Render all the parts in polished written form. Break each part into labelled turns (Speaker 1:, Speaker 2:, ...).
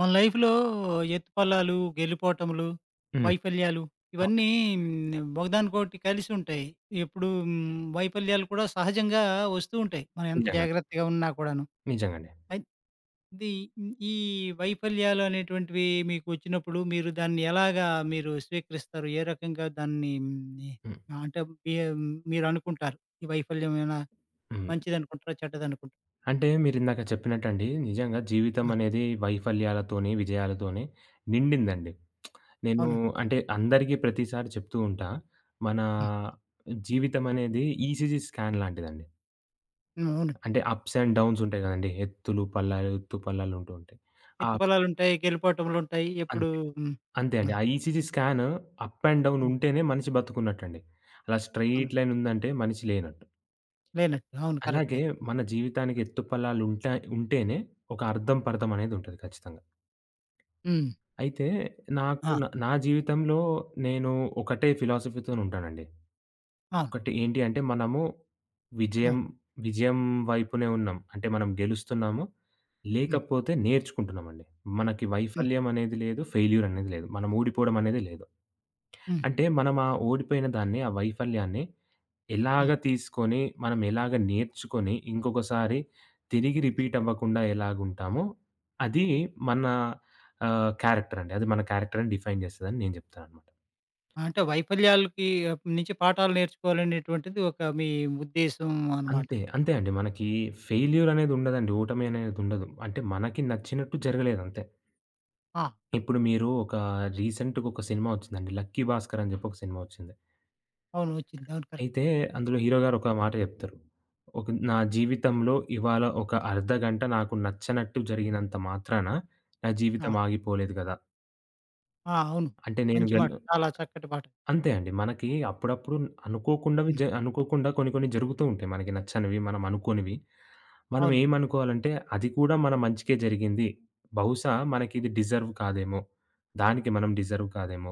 Speaker 1: మన లైఫ్‌లో ఎత్తుపల్లాలు, గెలుపోటములు,
Speaker 2: హ్మ్.
Speaker 1: వైఫల్యాలు ఇవన్నీ ఒకదానికొకటి కలిసి ఉంటాయి. ఎప్పుడు వైఫల్యాలు కూడా సహజంగా వస్తూ ఉంటాయి. మనం ఎంత
Speaker 2: నిజంగండి.
Speaker 1: జాగ్రత్తగా ఉన్నా కూడాను.
Speaker 2: నిజంగండి.
Speaker 1: అయి ఇది ఈ వైఫల్యాలు అనేటువంటివి మీకు వచ్చినప్పుడు మీరు స్వీకరిస్తారు? ఏ రకంగా దాన్ని
Speaker 2: హ్మ్.
Speaker 1: అంటే బి మీరు అనుకుంటారు? ఈ వైఫల్యం ఏమైనా
Speaker 2: హ్మ్.
Speaker 1: మంచిదనుకుంటారా? చెడ్డదనుకుంటారా?
Speaker 2: అంటే మీరిందాక చెప్పినట్టండి, నిజంగా జీవితం
Speaker 1: ఆ!
Speaker 2: అనేది వైఫల్యాలతోని, విజయాలతోని నిండిందండి. నేను
Speaker 1: అవునండి.
Speaker 2: అంటే అందరికీ ప్రతిసారి చెప్తూ ఉంటా. మన
Speaker 1: హ్మ్.
Speaker 2: జీవితం అనేది ఈసీజీ స్కాన్ లాంటిదండి.
Speaker 1: హ్మ్. అవునండి.
Speaker 2: అంటే అప్స్ అండ్ డౌన్స్ ఉంటాయి కదండీ. ఎత్తులు, పల్లాలు, ఎత్తు పల్లాలు ఉంటూ ఉంటాయి. ఆహ్,
Speaker 1: ఎత్తుపల్లాలుంటాయి, గెలుపోటములుంటాయి. ఎప్పుడు
Speaker 2: అంతే.
Speaker 1: హ్మ్.
Speaker 2: అంతే అండి. ఆ ECG scan up and down
Speaker 1: హ్మ్.
Speaker 2: ఉంటేనే మనిషి బతుకున్నట్టండి. అలా
Speaker 1: అవును.
Speaker 2: స్ట్రెయిట్ లైన్ ఉందంటే మనిషి లేనట్టు.
Speaker 1: లేనట్టు. అవును. కరెక్టే.
Speaker 2: అలాగే మన జీవితానికి ఎత్తుపల్లాలు ఉంటా ఉంటేనే ఒక అర్థం, పర్థం అనేదుంటది ఖచ్చితంగా.
Speaker 1: హ్మ్.
Speaker 2: అయితే నాకు
Speaker 1: ఆ!
Speaker 2: నా నా జీవితంలో నేను ఒకటే ఫిలాసఫీతోని ఉంటానండి.
Speaker 1: అవును.
Speaker 2: ఒకటి ఏంటి అంటే మనము
Speaker 1: ఆ!
Speaker 2: విజయం, విజయం వైపునే ఉన్నాం. అంటే మనం గెలుస్తున్నాము.
Speaker 1: హ్మ్.
Speaker 2: లేకపోతే నేర్చుకుంటున్నామండి. మనకి
Speaker 1: హ్మ్.
Speaker 2: వైఫల్యం అనేది లేదు. ఫెయిల్యూర్ అనేది లేదు. మనం ఓడిపోవడం అనేది లేదు.
Speaker 1: హ్మ్.
Speaker 2: అంటే మనం ఆ ఓడిపోయిన దాన్ని, ఆ వైఫల్యాన్ని ఎలాగ
Speaker 1: హ్మ్.
Speaker 2: తీసుకొని, మనం ఎలాగ నేర్చుకొని, ఇంకొకసారి తిరిగి రిపీట్ అవ్వకుండా ఎలాగుంటామో, అది మన క్యారెక్టర్ అండి. అది మన క్యారెక్టర్‌ని డిఫైన్ చేస్తదని నేను చెప్తాననమాట.
Speaker 1: అంటే వైఫల్యాలకి నుంచి పాఠాలు నేర్చుకోవాలనేటువంటిది ఒక మీ ఉద్దేశం అనమాట.
Speaker 2: అంతే. అంతే అండి. మనకి ఫెయిల్యూర్ అనేది ఉండదండి. ఓటమి అనేదుండదు. అంటే మనకి నచ్చినట్టు జరగలేదంతే.
Speaker 1: ఆ!
Speaker 2: ఇప్పుడు మీరు ఒక రీసెంట్‌గా ఒక సినిమా వచ్చిందండి. 'లక్కీ భాస్కర్' అని చెప్పి ఒక సినిమా వచ్చింది.
Speaker 1: అవును. వచ్చింది. అవును. కరెక్ట్.
Speaker 2: అయితే అందులో హీరో గారు ఒక మాట చెప్తారు. ఒక "నా జీవితంలో ఇవాళ ఒక అర్ధ గంట నాకు నచ్చనట్టు జరిగినంత మాత్రాన నా
Speaker 1: ఆ!
Speaker 2: జీవితం ఆగిపోలేదు గదా!"
Speaker 1: ఆ! అవును.
Speaker 2: అంటే నేను
Speaker 1: మంచి
Speaker 2: గెల్
Speaker 1: మాట. చాలా చక్కటి మాట.
Speaker 2: అంతే అండి. మనకి అప్పుడప్పుడు
Speaker 1: హ్మ్.
Speaker 2: అనుకోకుండా కొన్ని కొన్ని జరుగుతూ ఉంటాయి. మనకి నచ్చనివి, మనం అనుకోనివి. మనం
Speaker 1: అవును.
Speaker 2: ఏమనుకోవాలంటే, అది కూడా మన మంచికే జరిగింది. బహుశా మనకిది డిజర్వ్ కాదేమో! దానికి మనం డిజర్వ్ కాదేమో!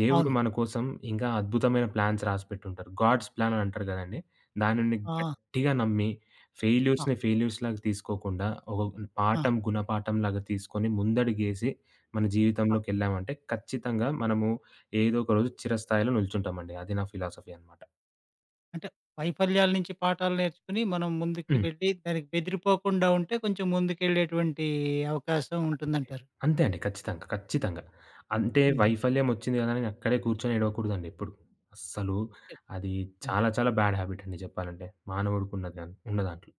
Speaker 2: దేవుడు
Speaker 1: అవును.
Speaker 2: మన కోసం ఇంకా అద్భుతమైన ప్లాన్స్ రాసిపెట్టుంటారు. గాడ్స్ ప్లాన్ అని అంటారు గదండీ! దానిని
Speaker 1: ఆ!
Speaker 2: గట్టిగా నమ్మి,
Speaker 1: ఆ!
Speaker 2: ఫెయిల్యూర్స్‌ని ఫెయిల్యూర్స్‌లాగా తీసుకోకుండా, ఒక
Speaker 1: ఆ!
Speaker 2: పాఠం, గుణపాఠంలాగా తీసుకొని ముందడుగేసి మన
Speaker 1: ఆ!
Speaker 2: జీవితంలోకెళ్ళామంటే, ఖచ్చితంగా మనము ఏదో ఒక రోజు చిరస్థాయిలో నిల్చుంటామండి. అది నా ఫిలాసఫీ అనమాట.
Speaker 1: అంటే వైఫల్యాల నుంచి పాఠాలు నేర్చుకుని మనం ముందుకి వెళ్ళి దానికి బెదిరిపోకుండా ఉంటే కొంచెం ముందుకెళ్ళేటువంటి అవకాశం ఉంటుందంటారు.
Speaker 2: అంతే అండి. ఖచ్చితంగా. ఖచ్చితంగా. అంటే వైఫల్యం వచ్చింది కదా అని అక్కడే కూర్చొని ఏడవకూడదండి ఎప్పుడు. అస్సలు
Speaker 1: హుహు.
Speaker 2: అది చాలా చాలా బ్యాడ్ హాబిట్ అండి చెప్పాలంటే. మానవుడికున్నది దాన్ ఉన్న దాంట్లో.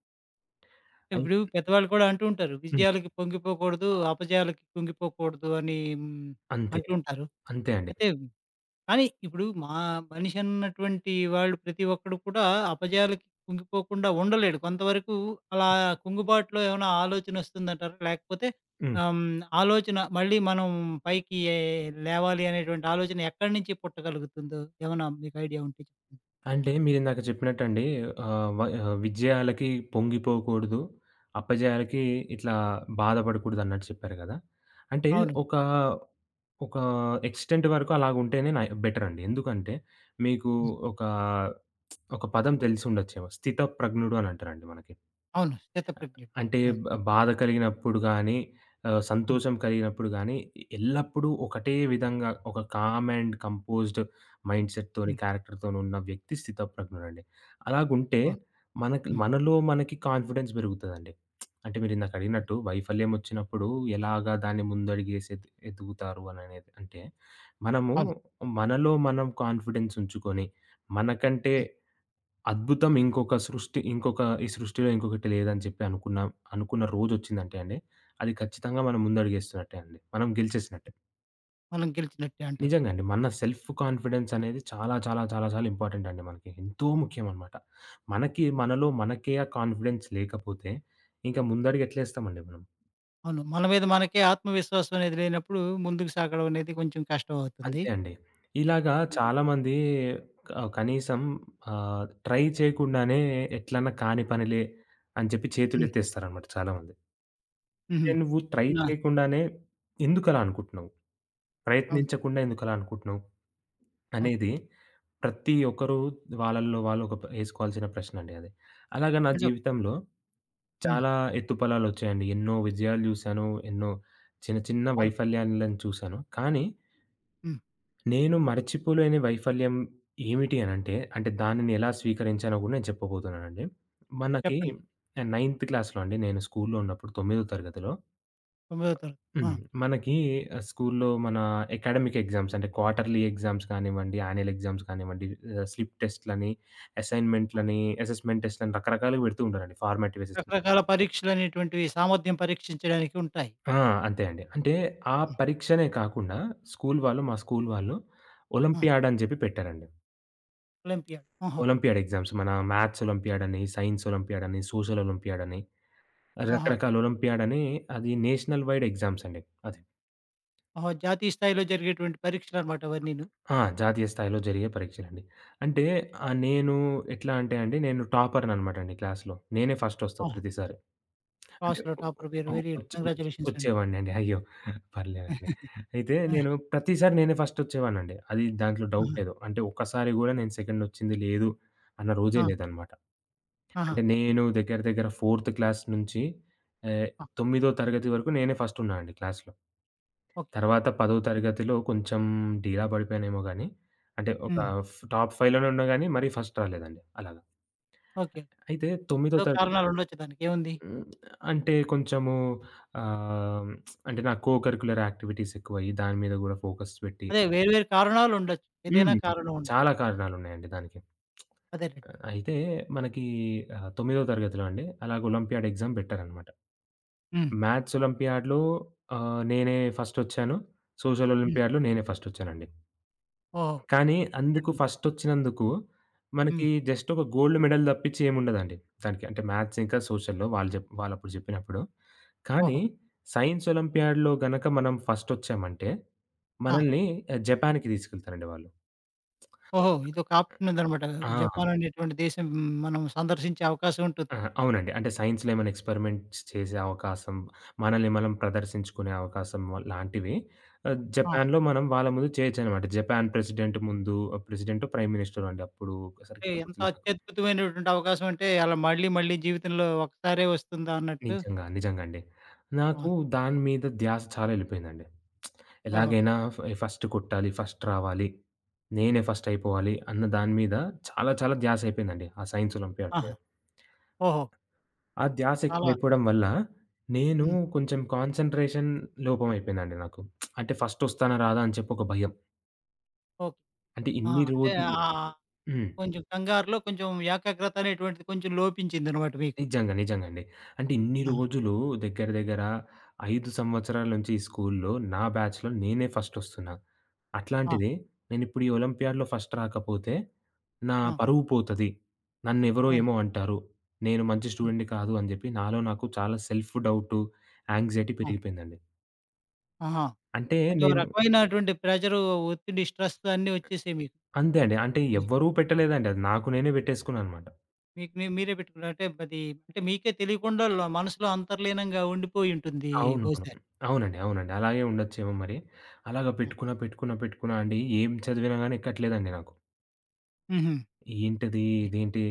Speaker 2: అయి
Speaker 1: ఇప్పుడు పెద్దవాళ్ళు కూడా అంటూ ఉంటారు.
Speaker 2: హ్మ్.
Speaker 1: విజయాలకి పొంగిపోకూడదు, అపజయాలకి కుంగిపోకూడదు అని
Speaker 2: అంతే.
Speaker 1: అంటూ ఉంటారు.
Speaker 2: అంతే అండి.
Speaker 1: అయితే కానీ ఇప్పుడు మా మనిషి అన్నటువంటి వాళ్ళు ప్రతి ఒక్కడు కూడా అపజయాలకి కుంగిపోకుండా ఉండలేడు. కొంతవరకు అలా కుంగుబాటులో ఏమైనా ఆలోచనొస్తుందంటారా? లేకపోతే
Speaker 2: హ్మ్.
Speaker 1: ఆహ్, హ్మ్, ఆలోచన మళ్ళీ మనం పైకి లేవాలి అనేటువంటి ఆలోచన ఎక్కడి నుంచి పుట్టగలుగుతుందో ఏమైనా మీకు ఐడియా ఉంటే చెప్పండి?
Speaker 2: అంటే మీరిందాక చెప్పినట్టండి, విజయాలకి పొంగిపోకూడదు. అపజయాలకి ఇట్లా బాధపడకూడదన్నట్టు చెప్పారు కదా! అంటే
Speaker 1: అవును.
Speaker 2: ఒక, ఒక ఎక్స్‌టెంట్ వరకు అలాగుంటేనే నై బెటర్ అండి. ఎందుకంటే మీకు
Speaker 1: హ్మ్.
Speaker 2: ఒక ఒక పదం తెలిసుండొచ్చేమో. 'స్థితప్రజ్ఞుడు' అని అంటారండి మనకి.
Speaker 1: అవును. స్థితప్రజ్ఞుడు.
Speaker 2: అంటే
Speaker 1: అవును.
Speaker 2: బాధ కలిగినప్పుడు గానీ,
Speaker 1: హ్మ్.
Speaker 2: సంతోషం కలిగినప్పుడు గానీ, ఎల్లప్పుడూ ఒకటే విధంగా ఒక కామ్ అండ్ కంపోజ్డ్ మైండ్‌సెట్‌తోని,
Speaker 1: హ్మ్.
Speaker 2: క్యారెక్టర్‌తోనున్న వ్యక్తి స్థితప్రజ్ఞుడండి. అలాగుంటే
Speaker 1: అవును.
Speaker 2: మనకి
Speaker 1: హ్మ్.
Speaker 2: మనలో మనకి కాన్ఫిడెన్స్ పెరుగుతదండి. అంటే మీరిందాక
Speaker 1: అవును.
Speaker 2: అడిగినట్టు వైఫల్యం వచ్చినప్పుడు ఎలాగా దాన్ని ముందడుగేసి ఎదుగుతారు అననేది. అంటే మనము
Speaker 1: అవును.
Speaker 2: మనలో మనం కాన్ఫిడెన్స్ ఉంచుకొని, మనకంటే
Speaker 1: హ్మ్.
Speaker 2: అద్భుతం ఇంకొక సృష్టి ఇంకొక ఈ సృష్టిలో ఇంకొకటి లేదని చెప్పి అనుకున్న అనుకున్న రోజొచ్చిందంటే అండి, అది ఖచ్చితంగా మనం ముందడుగేస్తున్నట్టే అండి. మనం గెలిచేసినట్టే.
Speaker 1: మనం గెలిచినట్టే అంటారు.
Speaker 2: నిజంగా అండి. మన సెల్ఫ్ కాన్ఫిడెన్స్ అనేది చాలా చాలా చాలా చాలా ఇంపార్టెంట్ అండి మనకి. ఎంతో ముఖ్యమనమాట. మనకి మనలో మనకే ఆ కాన్ఫిడెన్స్ లేకపోతే ఇంకా ముందడుగు ఎట్లేస్తామండి మనం.
Speaker 1: అవును. మన మీద మనకే ఆత్మవిశ్వాసం అనేది లేనప్పుడు ముందుకు సాగడం అనేది కొంచెం కష్టం అవుతుంది.
Speaker 2: అంతే అండి. ఇలాగా
Speaker 1: హ్మ్.
Speaker 2: చాలామంది క కనీసం ట్రై చేయకుండానే ఎట్లన్నా కాని పనిలే అని చెప్పి
Speaker 1: హ్మ్.
Speaker 2: చేతులెత్తేస్తారనమాట చాలామంది.
Speaker 1: హుహు.
Speaker 2: అంటే నువ్వు ట్రై
Speaker 1: నా
Speaker 2: చేయకుండానే ఎందుకలా అనుకుంటున్నావు?
Speaker 1: అవును.
Speaker 2: ప్రయత్నించకుండా ఎందుకలా అనుకుంటున్నావు?
Speaker 1: అవును.
Speaker 2: అనేది ప్రతి ఒక్కరు వాళ్ళలో వాళ్ళు ఒక ప ఏసుకోవాల్సిన ప్రశ్నండి అది. అలాగా నా
Speaker 1: అంటే
Speaker 2: జీవితంలో
Speaker 1: హ్మ్.
Speaker 2: చాలా ఎత్తుపల్లాలొచ్చాయండి. ఎన్నో విజయాలు జూసాను. ఎన్నో చిన్న చిన్న
Speaker 1: అవును.
Speaker 2: వైఫల్యాలను చూసాను. కానీ
Speaker 1: హ్మ్.
Speaker 2: నేను మరచిపోలేని వైఫల్యం ఏమిటి అనంటే, అంటే అంటే దానిని ఎలా స్వీకరించానో గూడా నేను చెప్పబోతున్నానండి. మనకి
Speaker 1: చెప్పండి.
Speaker 2: నైన్త్ క్లాస్‌లో అండి, నేను స్కూలులో ఉన్నప్పుడు తొమ్మిదో తరగతిలో.
Speaker 1: 9వ తరగతి.
Speaker 2: హ్మ్.
Speaker 1: ఆ!
Speaker 2: మనకి స్కూల్లో మన అకాడమిక్ ఎగ్జామ్స్ అంటే క్వార్టర్లీ ఎగ్జామ్స్ కానివ్వండి, యాన్యుయల్ ఎగ్జామ్స్ కానివ్వండి, స్లిప్ టెస్ట్‌లని, అసైన్‌మెంట్‌లని, అసెస్మెంట్ టెస్ట్‌లని రకరకాలుగా పెడుతూ ఉంటారండి. Formative assessment.
Speaker 1: రకరకాల పరీక్షలనేటువంటివి సామర్థ్యం పరీక్షించడానికి ఉంటాయి.
Speaker 2: ఆ! అంతే అండి. అంటే ఆ
Speaker 1: హ్మ్.
Speaker 2: పరీక్షనే కాకుండా స్కూల్ వాళ్ళు మా స్కూల్ వాళ్ళు
Speaker 1: ఆ!
Speaker 2: ఒలింపియాడ్ అని చెప్పి పెట్టారండి.
Speaker 1: ఒలింపియాడ్. ఓహో!
Speaker 2: ఒలింపియాడ్ ఎగ్జామ్స్, మన మ్యాథ్స్ ఒలింపియాడ్ అని, సైన్స్ ఒలింపియాడ్ అని, సోషల్ ఒలింపియాడ్ అని
Speaker 1: ఆహా!
Speaker 2: రకరకాల ఒలింపియాడ్ అని. అది నేషనల్ వైడ్ ఎగ్జామ్స్ అండి అది.
Speaker 1: ఓహో! జాతీయ స్థాయిలో జరిగేటువంటి పరీక్షలనమాట అవన్నీను.
Speaker 2: ఆ! జాతీయ స్థాయిలో జరిగే పరీక్షలండి. అంటే నేను ఎట్లా అంటే అండి, నేను టాపర్‌ననమాట అండి క్లాస్‌లో. నేనే ఫస్టొస్తా
Speaker 1: ఆహా!
Speaker 2: ప్రతిసారి. అంటే
Speaker 1: క్లాస్‌లో టాపర్ మీరు
Speaker 2: అవును.
Speaker 1: Very good.
Speaker 2: వచ్చి వచ్చి
Speaker 1: కంగ్రాచ్యులేషన్స్ అండి.
Speaker 2: వచ్చేవాడినండి. అయ్యో! పర్లేదండి. అయితే
Speaker 1: ఆ!
Speaker 2: నేను ప్రతిసారి నేనే ఫస్టొచ్చేవాడినండి. అది, దాంట్లో డౌట్
Speaker 1: ఆహా!
Speaker 2: లేదు. అంటే ఒక్కసారి గూడా నేను సెకండొచ్చింది లేదు, అన్న రోజే
Speaker 1: ఆ!
Speaker 2: లేదనమాట.
Speaker 1: ఆహా!
Speaker 2: అంటే నేను దగ్గర దగ్గర ఫోర్త్ క్లాస్ నుంచి ఆహ్,
Speaker 1: ఆ!
Speaker 2: 9థో తరగతి వరకు నేనే ఫస్టున్నా అండి క్లాస్‌లో.
Speaker 1: ఓకే.
Speaker 2: తర్వాత 10వ తరగతిలో కొంచెం డీలా పడిపోయానేమో గానీ, అంటే ఒక
Speaker 1: హ్మ్.
Speaker 2: ఫ్ టాప్ 5 లోనే ఉన్నా గానీ, మరీ ఫస్ట్ రాలేదండి అలాగా.
Speaker 1: ఓకే.
Speaker 2: అయితే 9వ
Speaker 1: ఏదో
Speaker 2: తరగతి
Speaker 1: కారణాలుండొచ్చు దానికి ఏముంది?
Speaker 2: హ్మ్. అంటే కొంచెము ఆహ్, అంటే నా కో కరిక్యులర్ యాక్టివిటీస్ ఎక్కువయ్యి, దాని మీద గూడా ఫోకస్ పెట్టి.
Speaker 1: అదే వేరు వేరు కారణాలుండొచ్చు. ఏదైనా
Speaker 2: హ్మ్.
Speaker 1: కారణం ఉండ
Speaker 2: చాలా కారణాలున్నాయండి దానికి.
Speaker 1: అదేనండి.
Speaker 2: అయితే మనకి 9వ తరగతిలో అండి, అలాగ ఒలింపియాడ్ ఎగ్జామ్ పెట్టారనమాట.
Speaker 1: హ్మ్.
Speaker 2: మ్యాథ్స్ ఒలింపియాడ్‌లో నేనే ఫస్టొచ్చాను. సోషల్
Speaker 1: హ్మ్.
Speaker 2: ఒలింపియాడ్‌లో నేనే ఫస్టొచ్చానండి.
Speaker 1: ఓహో!
Speaker 2: కానీ అందుకు
Speaker 1: చెట్లు.
Speaker 2: ఫస్టొచ్చినందుకు మనకి
Speaker 1: హ్మ్.
Speaker 2: జస్ట్ ఒక గోల్డ్ మెడల్ తప్పించి ఏముండదండి. దానికి, అంటే మ్యాథ్స్ ఇంకా సోషల్‌లో వాళ్ళు వాళ్ళప్పుడు జెప్పినప్పుడు. కానీ
Speaker 1: ఓహో!
Speaker 2: సైన్స్ ఒలింపియాడ్‌లో గనక మనం ఫస్టొచ్చామంటే
Speaker 1: ఆ!
Speaker 2: మనల్ని జపాన్‌కి తీసుకెళ్తారండి వాళ్ళు.
Speaker 1: ఓహో! ఇదొక ఆప్షన్ ఉందనమాట.
Speaker 2: ఆ!
Speaker 1: జపాన్ అనేటువంటి దేశం మనం సందర్శించే అవకాశం
Speaker 2: ఆ!
Speaker 1: ఉంటుంది.
Speaker 2: అవునండి. అంటే సైన్స్‌లో ఏమైనా ఎక్స్‌పెరిమెంట్స్ చేసే అవకాశం, మనల్ని మనం ప్రదర్శించుకునే అవకాశం లాంటివి
Speaker 1: ఆ!
Speaker 2: జపాన్‌లో మనం వాళ్ళ ముందు చేయొచ్చనమాట. జపాన్ ప్రెసిడెంట్ ముందు, ప్రెసిడెంటో, ప్రైమ్ మినిస్టరో అండి అప్పుడు.
Speaker 1: అంటే
Speaker 2: సరిగ్గా
Speaker 1: ఎంత
Speaker 2: గుర్తులేదు నాకు.
Speaker 1: అత్యద్భుతమైనటువంటి అవకాశం అంటే అలా మళ్ళీ మళ్ళీ జీవితంలో ఒక్కసారే వస్తుందా అన్నట్టు.
Speaker 2: నిజంగా. నిజంగా అండి. నాకు
Speaker 1: అవును.
Speaker 2: దాని మీద ధ్యాస చాలా ఎళ్ళిపోయిందండి.
Speaker 1: ఓహో!
Speaker 2: ఎలాగైనా ఫస్ట్ కొట్టాలి, ఫస్ట్ రావాలి, నేనే ఫస్ట్ అయిపోవాలి అన్న దాని మీద చాలా చాలా ధ్యాస అయిపోయిందండి. ఆ సైన్స్ ఒలింపియాడ్ మీద.
Speaker 1: ఆహా! ఓహో!
Speaker 2: ఆ ధ్యాస
Speaker 1: అలా
Speaker 2: ఎక్కువైపోవడం వల్ల నేను
Speaker 1: హ్మ్.
Speaker 2: కొంచెం కాన్సంట్రేషన్ లోపం అయిపోయిందండి నాకు. అంటే ఫస్ట్ ఒస్తానా రాదా అని చెప్పి ఒక భయం.
Speaker 1: ఓకే.
Speaker 2: అంటే
Speaker 1: ఆ!
Speaker 2: ఇన్ని
Speaker 1: అంటే
Speaker 2: రోజులు. హ్మ్.
Speaker 1: కొంచెం కంగారులో కొంచెం ఏకాగ్రత అనేటువంటిది కొంచెం లోపించిందనమాట మీకు.
Speaker 2: నిజంగా. నిజంగండి. అంటే ఇన్ని
Speaker 1: ఆహా!
Speaker 2: రోజులు దగ్గర దగ్గర 5 సంవత్సరాల నుంచి ఈ స్కూలులో నా బ్యాచ్‌లో నేనే ఫస్టొస్తున్నా.
Speaker 1: ఆ!
Speaker 2: అట్లాంటిది, నేనిప్పుడు ఈ ఒలింపియాడ్‌లో ఫస్ట్ రాకపోతే నా
Speaker 1: ఆ!
Speaker 2: పరువు పోతది. నన్నెవరో
Speaker 1: అవును.
Speaker 2: ఏమో అంటారు. నేను మంచి
Speaker 1: అవును.
Speaker 2: స్టూడెంట్‌ని కాదు అని జెప్పి నాలో నాకు చాలా సెల్ఫ్ డౌటు, యాంక్సైటీ
Speaker 1: ఆ!
Speaker 2: పెరిగిపోయిందండి.
Speaker 1: ఆహా!
Speaker 2: అంటే
Speaker 1: అంటే ఒక
Speaker 2: నేను,
Speaker 1: రకమైనటువంటి ప్రెషరు, ఒత్తిడి, స్ట్రెస్ అన్నీ వచ్చేసాయి మీకు.
Speaker 2: అంతే అండి. అంటే
Speaker 1: మీ
Speaker 2: ఎవ్వరూ పెట్టలేదండి, అది నాకు నేనే పెట్టేసుకున్నాననమాట.
Speaker 1: మీకు మీ మీరే పెట్టుకున్నారు. అంటే అది అంటే మీకే తెలియకుండా లో మనసులో అంతర్లీనంగా ఉండిపోయి ఉంటుంది బహుశా.
Speaker 2: అవునవును. అవునండి. అవునండి. అలాగే ఉండొచ్చేమో మరి. అలాగా
Speaker 1: హ్మ్.
Speaker 2: పెట్టుకున్నా, పెట్టుకున్నా, పెట్టుకున్నా అండి. ఏం చదివినా గాని ఎక్కట్లేదండి నాకు.
Speaker 1: హుహు.
Speaker 2: ఏంటిది? ఇదేంటి?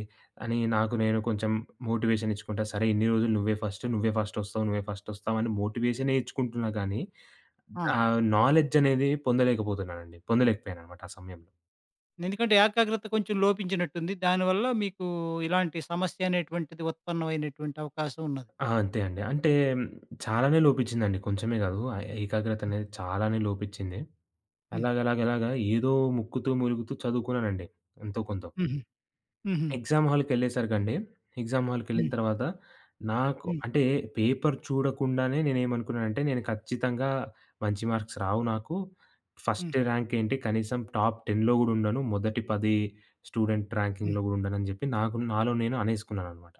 Speaker 2: అని నాకు నేను కొంచెం మోటివేషన్ ఇచ్చుకుంటా. సరే, ఇన్ని రోజులు నువ్వే ఫస్ట్, నువ్వే ఫస్ట్ ఒస్తావు, నువ్వే ఫస్ట్ ఒస్తావు అని మోటివేషనే ఇచ్చుకుంటున్నా గానీ,
Speaker 1: ఆ!
Speaker 2: ఆ నాలెడ్జ్ అనేది పొందలేకపోతున్నానండి. పొందలేకపోయాననమాట ఆ సమయంలో.
Speaker 1: ఎందుకంటే ఏకాగ్రత కొంచెం లోపించినట్టుంది. దానివల్ల మీకు ఇలాంటి సమస్య అనేటువంటిది ఉత్పన్నమైనటువంటి అవకాశం ఉన్నది.
Speaker 2: ఆ! అంతే అండి. అంటే చాలానే లోపించిందండి. కొంచెమే గాదు. ఆ ఏకాగ్రత అనేది చాలానే లోపించింది.
Speaker 1: హ్మ్.
Speaker 2: అలాగలాగలాగా ఏదో ముక్కుతూ, ములుగుతూ చదువుకున్నానండి ఎంతో కొంత.
Speaker 1: హుహు. హుహు.
Speaker 2: ఎగ్జామ్ హాల్‌కెళ్ళేసరికండి, ఎగ్జామ్ హాల్‌కెళ్ళిన
Speaker 1: హ్మ్.
Speaker 2: తర్వాత నాకు,
Speaker 1: హ్మ్.
Speaker 2: అంటే పేపర్ చూడకుండానే నేనేమనుకున్నానంటే, నేను ఖచ్చితంగా మంచి మార్క్స్ రావు నాకు. ఫస్ట్
Speaker 1: హ్మ్.
Speaker 2: ర్యాంక్ ఏంటి, కనీసం టాప్ 10లో గూడా ఉండను. మొదటి 10 స్టూడెంట్
Speaker 1: హ్మ్.
Speaker 2: ర్యాంకింగ్‌లో గూడా ఉండనని జెప్పి నాకు, నాలో నేను అనేసుకున్నాననమాట.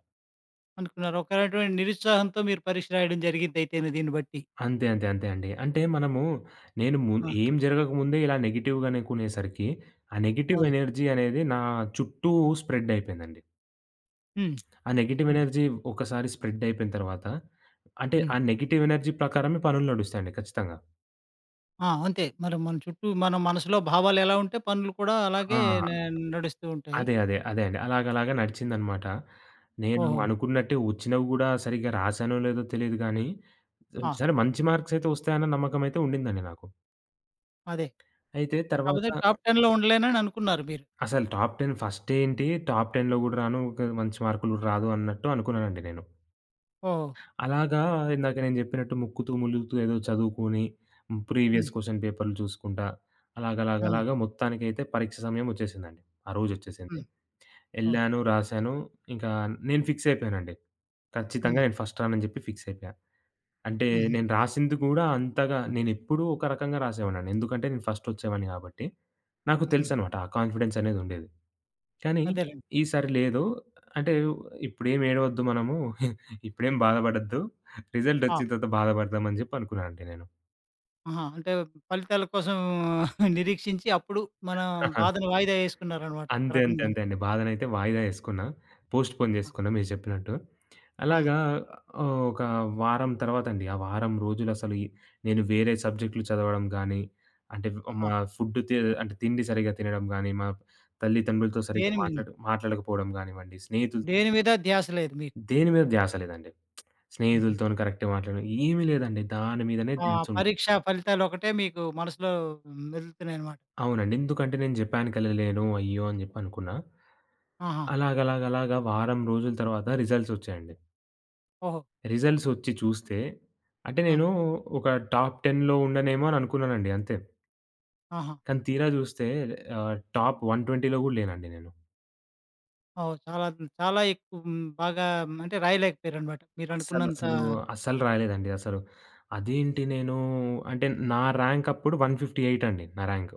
Speaker 1: అనుకున్నారు. ఒక రకమైన నిరుత్సాహంతో మీరు పరీక్ష రాయడం జరిగిందయితేను దీన్ని బట్టి.
Speaker 2: అంతే, అంతే, అంతే అండి. అంటే మనము నేను ము
Speaker 1: ఆ!
Speaker 2: ఏం జరగకముందే ఇలా నెగెటివ్‌గా అనుకునేసరికి, ఆ నెగెటివ్
Speaker 1: అవును.
Speaker 2: ఎనర్జీ అనేది నా చుట్టూ స్ప్రెడ్ అయిపోయిందండి.
Speaker 1: హ్మ్.
Speaker 2: ఆ నెగెటివ్
Speaker 1: హ్మ్.
Speaker 2: ఎనర్జీ ఒకసారి స్ప్రెడ్ అయిపోయిన తర్వాత, అంటే
Speaker 1: హ్మ్.
Speaker 2: ఆ నెగెటివ్ ఎనర్జీ ప్రకారమే పనులు నడుస్తాయండి ఖచ్చితంగా.
Speaker 1: ఆ! అంతే. మరి మన చుట్టూ మన మనసులో భావాలు ఎలా ఉంటే పనులు కూడా
Speaker 2: ఆ!
Speaker 1: అలాగే న నడుస్తూ ఉంటాయి.
Speaker 2: అదే. అదే. అదే అండి. అలాగలాగా నడిచిందనమాట. నేను
Speaker 1: ఓహో!
Speaker 2: అనుకున్నట్టే వచ్చినవి గూడా సరిగ్గా రాసానో లేదో తెలీదు గానీ,
Speaker 1: ఆ!
Speaker 2: సరే మంచి మార్క్స్ అయితే వస్తాయన్న నమ్మకం అయితే ఉండిందండి నాకు.
Speaker 1: అదే.
Speaker 2: అయితే తర్వాత
Speaker 1: కాకపోతే టాప్ 10లో ఉండలేనని అనుకున్నారు మీరు.
Speaker 2: అసలు టాప్ 10, ఫస్ట్ ఏంటి? టాప్ 10లో గూడా రాను. ఒక మంచి మార్కులు రాదు అన్నట్టు అనుకున్నానండి నేను.
Speaker 1: ఓహో!
Speaker 2: అలాగా ఇందాక నేను జెప్పినట్టు ముక్కుతూ, ములుగుతూ ఏదో చదువుకొని, హ్మ్, ప్రీవియస్
Speaker 1: హ్మ్.
Speaker 2: క్వెషన్ పేపర్‌లు చూసుకుంటా,
Speaker 1: అవును.
Speaker 2: అలాగలాగలాగా మొత్తానికైతే పరీక్ష సమయం ఒచ్చేసిందండి. ఆ రోజొచ్చేసింది.
Speaker 1: హ్మ్. అవును.
Speaker 2: ఎళ్ళాను, రాసాను. ఇంకా నేను ఫిక్స్ అయిపోయానండి. ఖచ్చితంగా
Speaker 1: హ్మ్.
Speaker 2: నేను ఫస్ట్ రానని జెప్పి ఫిక్స్ అయిపోయా. అంటే
Speaker 1: హుహు.
Speaker 2: నేను రాసింది గూడా అంతగా, నేనెప్పుడూ ఒక రకంగా రాసేవాడినండి. ఎందుకంటే నేను ఫస్ట్ ఒచ్చేవాడిని గాబట్టి. నాకు
Speaker 1: హ్మ్.
Speaker 2: తెలుసనమాట. ఆ కాన్ఫిడెన్స్ అనేది ఉండేది. కానీ
Speaker 1: అదేలెండి.
Speaker 2: ఈసారి లేదు. అంటే ఇప్పుడేం ఏడవద్దు మనము. ఇప్పుడేం బాధపడొద్దు. రిజల్ట్
Speaker 1: ఆ!
Speaker 2: వచ్చిన తర్వాత బాధపడదాం అని చెప్పి అనుకున్నానండి నేను.
Speaker 1: ఆహా! అంటే ఫలితాల కోసం నిరీక్షించి అప్పుడు మనం బాధను వాయిదా వేసుకున్నారనమాట ఒక
Speaker 2: అంతే. అంతే.
Speaker 1: రకంగా.
Speaker 2: అంతే అండి. బాధనైతే వాయిదా యేసుకున్నా. పోస్ట్‌పోన్
Speaker 1: ఆ!
Speaker 2: జేసుకున్నా మీరు చెప్పినట్టు.
Speaker 1: ఆ!
Speaker 2: అలాగా ఒక వారం తర్వాతండి. ఆ వారం రోజులసలు, ఈ నేను వేరే సబ్జెక్టులు చదవడం గానీ, అంటే
Speaker 1: ఆ!
Speaker 2: మా ఫుడ్ తి అంటే తిండి సరిగ్గా తినడం గానీ, మా తల్లిదండ్రులతో సరిగ్గా
Speaker 1: దేని మీ
Speaker 2: మాట్లాడకపోవడం గానివ్వండి, స్నేహితులు,
Speaker 1: దేని మీద ధ్యాస లేదు మీకు.
Speaker 2: దేని మీద ధ్యాస లేదండి.
Speaker 1: హుహు.
Speaker 2: స్నేహితులతోని కరెక్ట్‌గా మాట్లాడడం. ఏమీ లేదండి. దాని మీదనే
Speaker 1: ఆ
Speaker 2: దిగుతుండే.
Speaker 1: పరీక్ష ఫలితాలొకటే మీకు మనసులో మెదులుతున్నాయనమాట.
Speaker 2: అవునండి. ఎందుకంటే నేను జపాన్‌కెళ్ళలేను అయ్యో! అని జెప్పి అనుకున్నా.
Speaker 1: ఆహా!
Speaker 2: అలాగలాగలాగా వారం రోజుల తర్వాత రిజల్ట్స్ వచ్చాయండి.
Speaker 1: ఓహో!
Speaker 2: రిజల్ట్స్ వచ్చి చూస్తే, అంటే
Speaker 1: ఆ!
Speaker 2: నేను ఒక టాప్ 10లో ఉండనేమో అని అనుకున్నానండి అంతే.
Speaker 1: ఆహా!
Speaker 2: కానీ తీరా జూస్తే టాప్ 120లో గూడా లేనండి నేను.
Speaker 1: ఓహ్! చాలా చాలా ఎక్కువ హ్మ్. బాగా అంటే రాయలేకపోయారనమాట. మీరనుకున్నంత
Speaker 2: అస్సలసలు, అస్సలు రాయలేదండి అసలు. అదేంటి నేను, అంటే నా ర్యాంక్ అప్పుడు 158 అండి నా ర్యాంక్.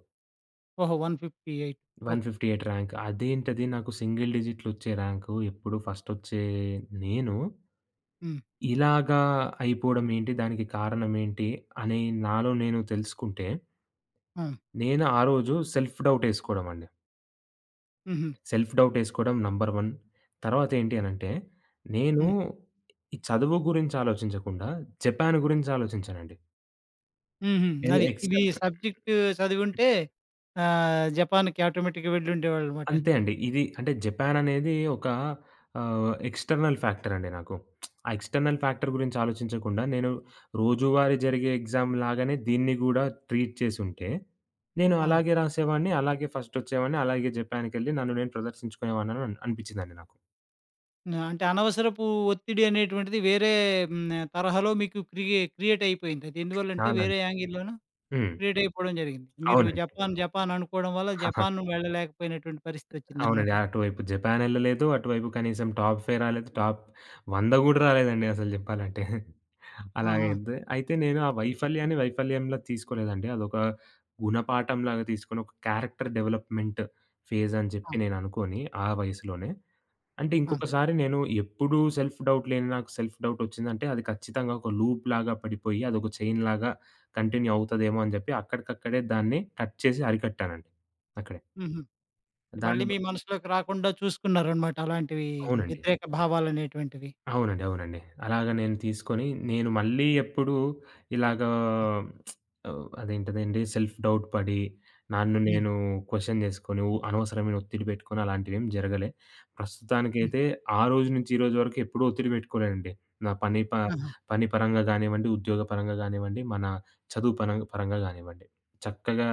Speaker 1: ఓహో! 158 ఓకే.
Speaker 2: 158 ర్యాంక్. అదేంటది, నాకు సింగిల్ డిజిట్‌లొచ్చే ర్యాంకు, ఎప్పుడు ఫస్టొచ్చే నేను,
Speaker 1: హ్మ్.
Speaker 2: ఇలాగా అయిపోవడం ఏంటి? దానికి కారణమేంటి? అని నాలో నేను తెలుసుకుంటే,
Speaker 1: ఆ!
Speaker 2: నేను ఆ రోజు సెల్ఫ్ డౌటేసుకోవడం అండి.
Speaker 1: హుహు.
Speaker 2: Self డౌటేసుకోవడం number 1. తర్వాతేంటి అనంటే, నేను
Speaker 1: హ్మ్.
Speaker 2: ఈ చదువు గురించి ఆలోచించకుండా జపాన్ గురించి ఆలోచించానండి.
Speaker 1: హుహు.
Speaker 2: ఏదో
Speaker 1: అది. ఇవి
Speaker 2: ఎక్స్‌ట్రా,
Speaker 1: సబ్జెక్ట్ చదివుంటే జపాన్‌కి ఆటోమేటిక్‌గా వెళ్ళుండేవాళ్ళనమాట.
Speaker 2: అంతే అండి. ఇది, అంటే జపాన్ అనేది ఒక ఎక్స్‌టర్నల్ ఫ్యాక్టర్ అండి నాకు. ఆ ఎక్స్‌టర్నల్ ఫ్యాక్టర్ గురించి ఆలోచించకుండా నేను రోజువారీ జరిగే ఎగ్జామ్ లాగానే దీన్ని గూడా ట్రీట్ చేసుంటే, నేను
Speaker 1: ఆ!
Speaker 2: అలాగే రాసేవాడిని, అలాగే ఫస్ట్ వచ్చేవాడిని, అలాగే జపాన్‌కెళ్ళి నన్ను నేను ప్రదర్శించుకునేవాడినని అనిపించిందండి నాకు.
Speaker 1: అంటే అనవసరపు ఒత్తిడి అనేటువంటిది వేరే హ్మ్. తరహాలో మీకు క్రియేట్ అయిపోయింది. అది ఎందువల్లంటే
Speaker 2: చాలా,
Speaker 1: వేరే
Speaker 2: అంటే,
Speaker 1: యాంగిల్‌లోనూ
Speaker 2: హ్మ్.
Speaker 1: క్రియేట్ అయిపోవడం జరిగింది. మీరు
Speaker 2: అవునండి.
Speaker 1: జపాన్, జపాన్ అనుకోవడం వల్ల జపాన్ వెళ్ళలేకపోయినటువంటి పరిస్థితొచ్చిందనమాట.
Speaker 2: అవునండి. అటువైపు జపాన్ ఎళ్ళలేదు. అటువైపు కనీసం టాప్ ఫైవ్ రాలేదు. టాప్ 100 గూడా రాలేదండి అసలు జెప్పాలంటే.
Speaker 1: ఆహా!
Speaker 2: అలాగైతే అయితే నేను ఆ వైఫల్యాన్ని వైఫల్యంలా తీసుకోలేదండి. అదొక గుణపాఠంలాగా తీసుకొని ఒక క్యారెక్టర్ డెవలప్‌మెంట్ ఫేజ్ అని
Speaker 1: ఆ!
Speaker 2: చెప్పి నేను అనుకోని ఆ వయసులోనే. అంటే
Speaker 1: ఆ!
Speaker 2: ఇంకొకసారి నేను, ఎప్పుడూ సెల్ఫ్ డౌట్ లేని నాకు సెల్ఫ్ డౌట్ ఒచ్చిందంటే అది ఖచ్చితంగా ఒక లూప్ లాగా పడిపోయి అదొక చైన్ లాగా కంటిన్యూ అవుతదేమో అని జెప్పి అక్కడికక్కడే దాన్ని కట్ చేసి అరికట్టానండి అక్కడే.
Speaker 1: హుహు.
Speaker 2: దాని
Speaker 1: మళ్ళీ
Speaker 2: వ
Speaker 1: మీ మనసులోకి రాకుండా చూసుకున్నారనమాట అలాంటివి
Speaker 2: అవునండి.
Speaker 1: వ్యతిరేక భావాలనేటువంటివి.
Speaker 2: అవునండి. అవునండి. అలాగ నేను తీసుకొని నేను మళ్ళీ ఎప్పుడు ఇలాగా అదేంటిదండి సెల్ఫ్ డౌట్ పడి, నన్ను
Speaker 1: హ్మ్.
Speaker 2: నేను క్వెషన్ చేసుకొని, అనవసరమైన ఒత్తిడి పెట్టుకొని అలాంటివేమి జరగలే.
Speaker 1: హ్మ్.
Speaker 2: ప్రస్తుతానికైతే ఆ రోజు నుంచి ఈ రోజు వరకు ఎప్పుడూ ఒత్తిడి పెట్టుకోలేదండి. నా పని ప
Speaker 1: ఆహా!
Speaker 2: పని పరంగా గానివ్వండి, ఉద్యోగ పరంగా గానివ్వండి, మన చదువు పరంగా గానివ్వండి. చక్కగా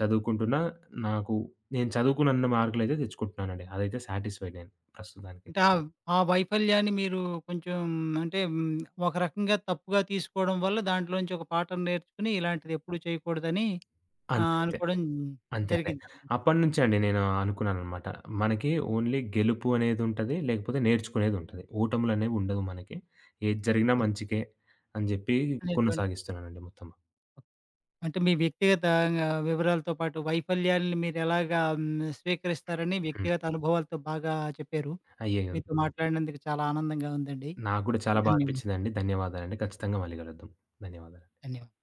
Speaker 2: చదువుకుంటున్నా, నాకు నేను చదువుకున్నంత మార్కులైతే తెచ్చుకుంటున్నానండి. అదైతే సాటిస్ఫైడ్ నేను ప్రస్తుతానికి.
Speaker 1: అంటే ఆ ఆ వైఫల్యాన్ని మీరు కొంచెం అంటే ఒక రకంగా తప్పుగా తీసుకోవడం వల్ల దాంట్లో నుంచి ఒక పాఠం నేర్చుకొని ఇలాంటిది ఎప్పుడూ చేయకూడదని
Speaker 2: అంతే.
Speaker 1: అనుకోవడం
Speaker 2: అంతే. అదే.
Speaker 1: జరిగిందనమాట.
Speaker 2: అప్పటినుంచే అండి నేను అనుకున్నాననమాట. మనకి ఓన్లీ గెలుపు అనేదుంటది. లేకపోతే నేర్చుకునేదుంటది. ఓటములనేవి ఉండవు మనకి. ఏది జరిగినా
Speaker 1: ఆ!
Speaker 2: మంచికే అని జెప్పి
Speaker 1: అనేటువంటి
Speaker 2: కొనసాగిస్తున్నానండి మొత్తం.
Speaker 1: అంటే మీ వ్యక్తిగత వివరాలతో పాటు వైఫల్యాల్ని మీరెలాగా స్వీకరిస్తారని
Speaker 2: హ్మ్.
Speaker 1: వ్యక్తిగత అనుభవాలతో బాగా చెప్పారు.
Speaker 2: అయ్యయ్యో!
Speaker 1: మీతో మాట్లాడినందుకు చాలా ఆనందంగా ఉందండి.
Speaker 2: నాకు గూడా చాలా బా
Speaker 1: ధన్యవాదాలు.
Speaker 2: అనిపిచ్చిందండి. ధన్యవాదాలండి. ఖచ్చితంగా మళ్ళీ కలుద్దాం. ధన్యవాదాలు.
Speaker 1: ధన్యవాదాలు.